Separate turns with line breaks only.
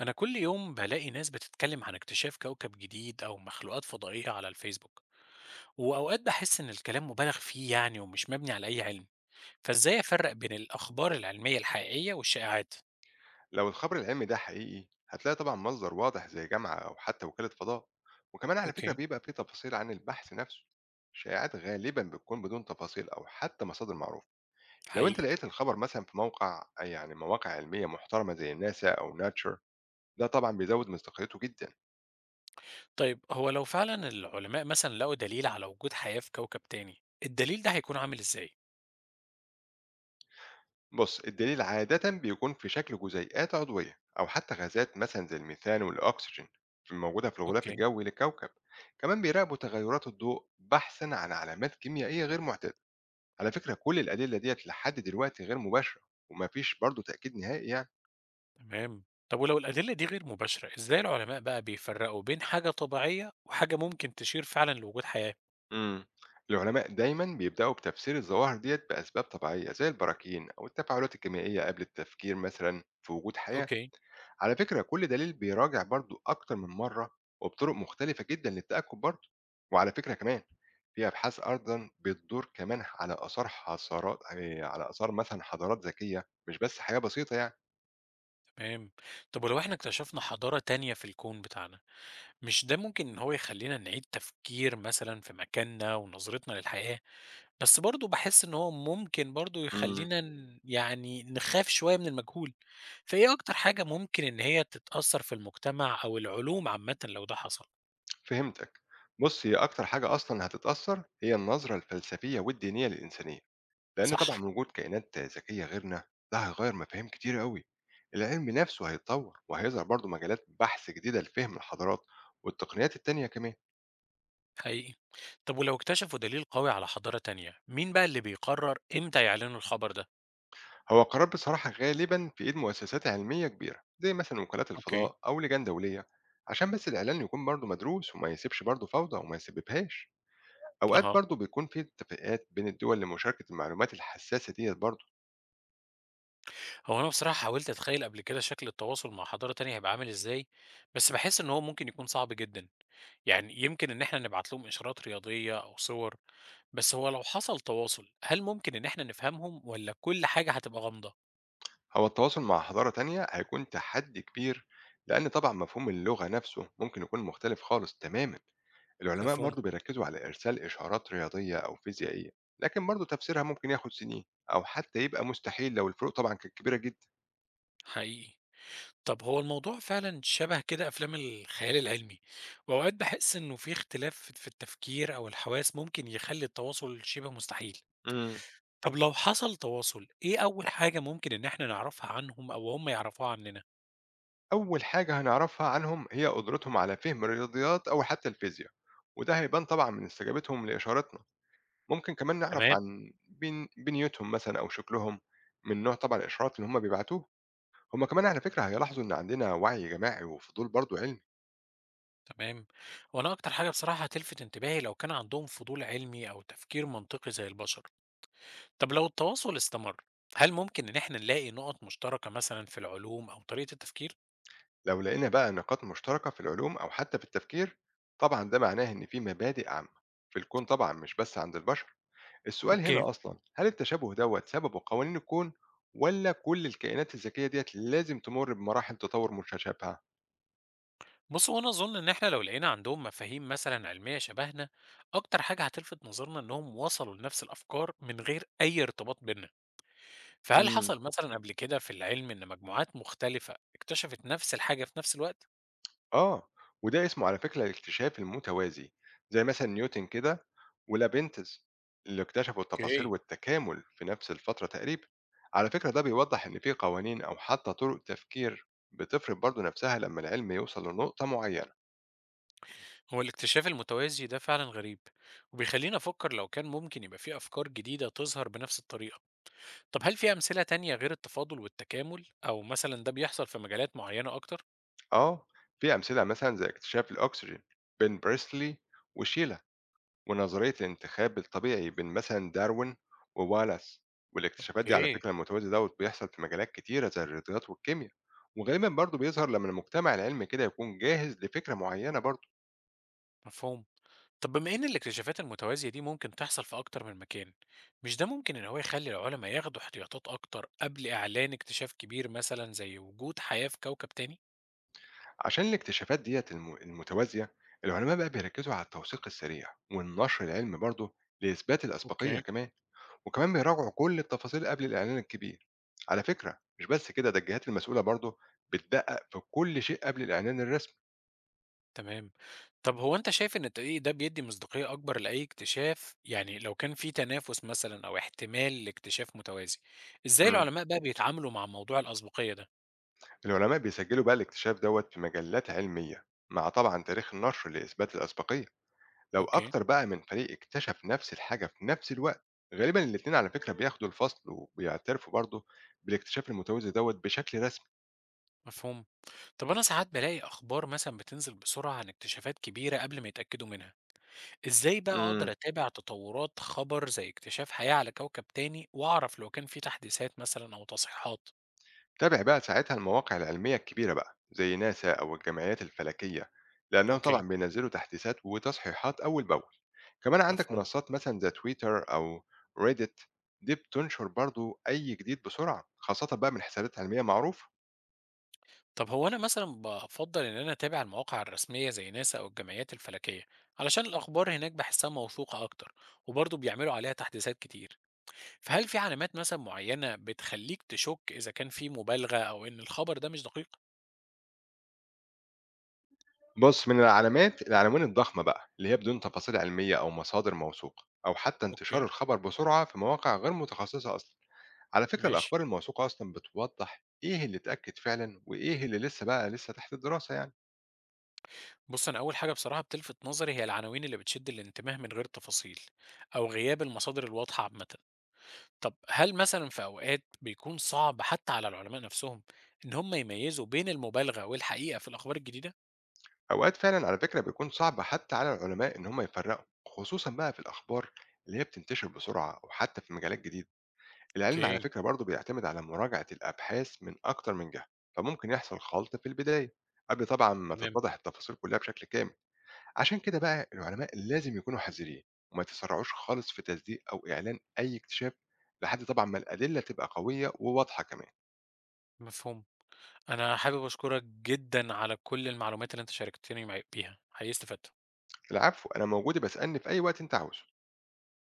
أنا كل يوم بلاقي ناس بتتكلم عن اكتشاف كوكب جديد أو مخلوقات فضائية على الفيسبوك وأوقات بحس إن الكلام مبالغ فيه يعني ومش مبني على أي علم. فإزاي أفرق بين الأخبار العلمية الحقيقية والشائعات؟
لو الخبر العلمي ده حقيقي هتلاقي طبعا مصدر واضح زي جامعة أو حتى وكالة فضاء. وكمان على فكرة
اوكي.
بيبقى فيه تفاصيل عن البحث نفسه. شائعات غالبا بتكون بدون تفاصيل أو حتى مصادر معروفة. لو أنت
حقيقي.
لقيت الخبر مثلا في موقع يعني مواقع علمية محترمة زي ناسا أو ناتشر، ده طبعا بيزود مصداقيته جدا.
طيب هو لو فعلا العلماء مثلا لقوا دليل على وجود حياة في كوكب تاني الدليل ده هيكون عامل إزاي؟
بص، الدليل عادة بيكون في شكل جزيئات عضوية أو حتى غازات مثلا زي الميثان والأكسجين الموجودة في الغلاف
اوكي.
الجوي للكوكب. كمان بيراقبوا تغيرات الضوء بحثا عن علامات كيميائية غير معتادة. على فكرة كل الأدلة ديّة لحد دلوقتي غير مباشرة، وما فيش برضه تأكيد نهائي يعني.
تمام. طب ولو الأدلة دي غير مباشرة إزاي العلماء بقى بيفرقوا بين حاجة طبيعية وحاجة ممكن تشير فعلا لوجود حياة؟
إمم. العلماء دايمًا بيبدأوا بتفسير الظواهر ديّة بأسباب طبيعية زي البراكين أو التفاعلات الكيميائية قبل التفكير مثلًا في وجود حياة.
اوكي.
على فكرة كل دليل بيراجع برضه أكتر من مرّة وبطرق مختلفة جدًا للتأكد برضه. وعلى فكرة كمان في أبحاث أيضًا بتدور كمان على آثار حضارات على آثار مثلًا حضارات ذكية مش بس حياة بسيطة يعني.
تمام. طب ولو إحنا اكتشفنا حضارة تانية في الكون بتاعنا، مش ده ممكن إن هو يخلّينا نعيد تفكير مثلًا في مكاننا ونظرتنا للحياة؟ بس برضه باحس إن هو ممكن برضه
إمم.
يخلّينا يعني نخاف شوية من المجهول، فإيه أكتر حاجة ممكن إن هي تتأثّر في المجتمع أو العلوم عامةً لو ده حصل؟
فهمتك. بص، هي أكتر حاجة أصلا هتتأثر هي النظرة الفلسفية والدينية للإنسانية، لأن
صح.
طبعا وجود كائنات ذكية غيرنا ده هيغير مفاهيم كتير قوي. العلم نفسه هيتطور وهيظهر برضه مجالات بحث جديدة لفهم الحضارات والتقنيات التانية كمان.
حقيقي. طب ولو اكتشفوا دليل قوي على حضارة تانية، مين بقى اللي بيقرر إمتى يعلنوا الخبر ده؟
هو القرار بصراحة غالبا في إيد مؤسسات علمية كبيرة زي مثلا وكالات
أوكي.
الفضاء أو لجان دولية، عشان بس الإعلان يكون برضه مدروس وما يسيبش برضه فوضى وما يسببهاش. أوقات
أها.
برضه بيكون في اتفاقات بين الدول لمشاركة المعلومات الحساسة ديت برضه.
هو أنا بصراحة حاولت أتخيل قبل كده شكل التواصل مع حضارة تانية هيبقى عامل إزاي، بس باحس إن هو ممكن يكون صعب جدًا، يعني يمكن إن إحنا نبعت لهم إشارات رياضية أو صور، بس هو لو حصل تواصل هل ممكن إن إحنا نفهمهم والّا كل حاجة هتبقى غامضة؟
هو التواصل مع حضارة تانية هيكون تحدي كبير، لأن طبعا مفهوم اللغة نفسه ممكن يكون مختلف خالص تماما. العلماء
مفهوم.
برضو بيركزوا على إرسال إشارات رياضية أو فيزيائية، لكن برضو تفسيرها ممكن ياخد سنين أو حتى يبقى مستحيل لو الفروق طبعا كانت كبيرة جدا.
حقيقي. طب هو الموضوع فعلًا شبه كده أفلام الخيال العلمي، وأوقات باحس إنه في اختلاف في التفكير أو الحواس ممكن يخلي التواصل شبه مستحيل.
امم.
طب لو حصل تواصل إيه أول حاجة ممكن إن إحنا نعرفها عنهم أو هم يعرفوها عننا؟
أول حاجة هنعرفها عنهم هي قدرتهم على فهم الرياضيات أو حتى الفيزياء، وده هيبان طبعا من استجابتهم لإشاراتنا. ممكن كمان نعرف
تمام.
عن بنيتهم مثلا أو شكلهم من نوع طبعا الإشارات اللي هم بيبعتوها. هما كمان على فكرة هيلاحظوا إن عندنا وعي جماعي وفضول برضو علمي.
تمام. وانا اكتر حاجه بصراحه هتلفت انتباهي لو كان عندهم فضول علمي او تفكير منطقي زي البشر. طب لو التواصل استمر هل ممكن ان احنا نلاقي نقط مشتركه مثلا في العلوم او طريقه التفكير؟
لو لقينا بقى نقاط مشتركة في العلوم أو حتى في التفكير، طبعا ده معناه إن في مبادئ عامة في الكون طبعا مش بس عند البشر. السؤال
اوكي.
هنا أصلا هل التشابه دوت سببه قوانين الكون ولا كل الكائنات الذكية ديت لازم تمر بمراحل تطور متشابهة؟
بص وانا اظن ان احنا لو لقينا عندهم مفاهيم مثلا علميه شبهنا، اكتر حاجه هتلفت نظرنا انهم وصلوا لنفس الافكار من غير اي ارتباط بينا. فهل
مم.
حصل مثلا قبل كده في العلم ان مجموعات مختلفه اكتشفت نفس الحاجه في نفس الوقت؟
آه، وده اسمه على فكرة الاكتشاف المتوازي، زي مثلًا نيوتن كده ولابنتس اللي اكتشفوا التفاصيل
اوكي.
والتكامل في نفس الفترة تقريبًا. على فكرة ده بيوضح إن في قوانين أو حتى طرق تفكير بتفرض برضه نفسها لما العلم يوصل لنقطة معينة.
هو الاكتشاف المتوازي ده فعلا غريب وبيخليني أفكر لو كان ممكن يبقى فيه أفكار جديدة تظهر بنفس الطريقة. طب هل في أمثلة تانية غير التفاضل والتكامل أو مثلا ده بيحصل في مجالات معينة أكتر؟
آه، في أمثلة مثلًا زي اكتشاف الأكسجين بين بريسلي وشيلر. ونظرية الانتخاب الطبيعي بين مثلا داروين ووالاس. والاكتشافات دي على
أوكي.
فكرة المتوازي دوت بيحصل في مجالات كتيرة زي الرياضيات والكيمياء. وغالبا برضه بيظهر لما المجتمع العلمي كده يكون جاهز لفكرة معينة برضه.
مفهوم. طب بما إن الاكتشافات المتوازية دي ممكن تحصل في أكتر من مكان، مش ده ممكن إن هو يخلي العلماء ياخدوا احتياطات أكتر قبل إعلان اكتشاف كبير مثلا زي وجود حياة في كوكب تاني؟
عشان الاكتشافات ديت المتوازية، العلماء بقى بيركزوا على التوثيق السريع والنشر العلمي برضه لإثبات الأسبقية
اوكي.
كمان. وكمان بيراجعوا كل التفاصيل قبل الإعلان الكبير. على فكرة مش بس كده، ده الجهات المسؤولة برضه بتدقق في كل شيء قبل الإعلان الرسمي.
تمام. طب هو أنت شايف إن التدقيق ده بيدّي مصداقية أكبر لأي اكتشاف؟ يعني لو كان في تنافس مثلًا أو احتمال لاكتشاف متوازي، إزاي العلماء بقى بيتعاملوا مع موضوع الأسبقية ده؟
العلماء بيسجلوا بقى الاكتشاف دوت في مجلات علمية مع طبعا تاريخ النشر لإثبات الأسبقية. لو
أوكي.
أكتر بقى من فريق اكتشف نفس الحاجة في نفس الوقت، غالبا الاتنين على فكرة بياخدوا الفصل وبيعترفوا برضه بالاكتشاف المتوازي دوت بشكل رسمي.
مفهوم. طب أنا ساعات بالاقي أخبار مثلًا بتنزل بسرعة عن اكتشافات كبيرة قبل ما يتأكدوا منها، إزاي بقى أقدر
امم.
أتابع تطورات خبر زي اكتشاف حياة على كوكب تاني وأعرف لو كان في تحديثات مثلًا أو تصحيحات؟
تابع بقى ساعتها المواقع العلمية الكبيرة بقى زي ناسا أو الجمعيات الفلكية، لأنهم
أوكي.
طبعا بينزلوا تحديثات وتصحيحات أول بأول. كمان عندك
مفهوم.
منصات مثلا زي تويتر أو ريدت، دي بتنشر برضو أي جديد بسرعة خاصة بقى من حسابات علمية معروفة.
طب هو أنا مثلًا بافضّل إن أنا أتابع المواقع الرسمية زي ناسا أو الجمعيات الفلكية، علشان الأخبار هناك باحسها موثوقة أكتر، وبرضه بيعملوا عليها تحديثات كتير، فهل في علامات مثلًا معيّنة بتخلّيك تشُك إذا كان في مبالغة أو إن الخبر ده مش دقيق؟
بص، من العلامات العناوين الضخمة بقى اللي هي بدون تفاصيل علمية أو مصادر موثوقة أو حتى
أوكي.
انتشار الخبر بسرعة في مواقع غير متخصصة أصلا. على فكرة
ماشي.
الأخبار الموثوقة أصلا بتوضح إيه اللي اتأكد فعلا وإيه اللي لسه بقى لسه تحت الدراسة يعني.
بُص، أنا أول حاجة بصراحة بتلفت نظري هي العناوين اللي بتشد الانتباه من غير تفاصيل، أو غياب المصادر الواضحة عامةً. طب هل مثلًا في أوقات بيكون صعب حتى على العلماء نفسهم إن هم يميّزوا بين المبالغة والحقيقة في الأخبار الجديدة؟
أوقات فعلا على فكرة بيكون صعب حتى على العلماء إن هم يفرقوا خصوصا بقى في الأخبار اللي هي بتنتشر بسرعة أو حتى في مجالات جديدة. العلم على
أوكي.
فكرة برضه بيعتمد على مراجعة الأبحاث من أكتر من جهة، فممكن يحصل خلط في البداية قبل طبعا ما
تمام،
تتضح التفاصيل كلها بشكل كامل. عشان كده بقى العلماء لازم يكونوا حذرين وما تسرعوش خالص في تصديق أو إعلان أي اكتشاف لحد طبعا ما الأدلة تبقى قوية وواضحة كمان.
مفهوم. أنا حابب أشكرك جدًا على كل المعلومات اللي أنت شاركتني معي بيها، حقيقي استفدت.
العفو، أنا موجود، بسألني في أي وقت أنت عاوزه.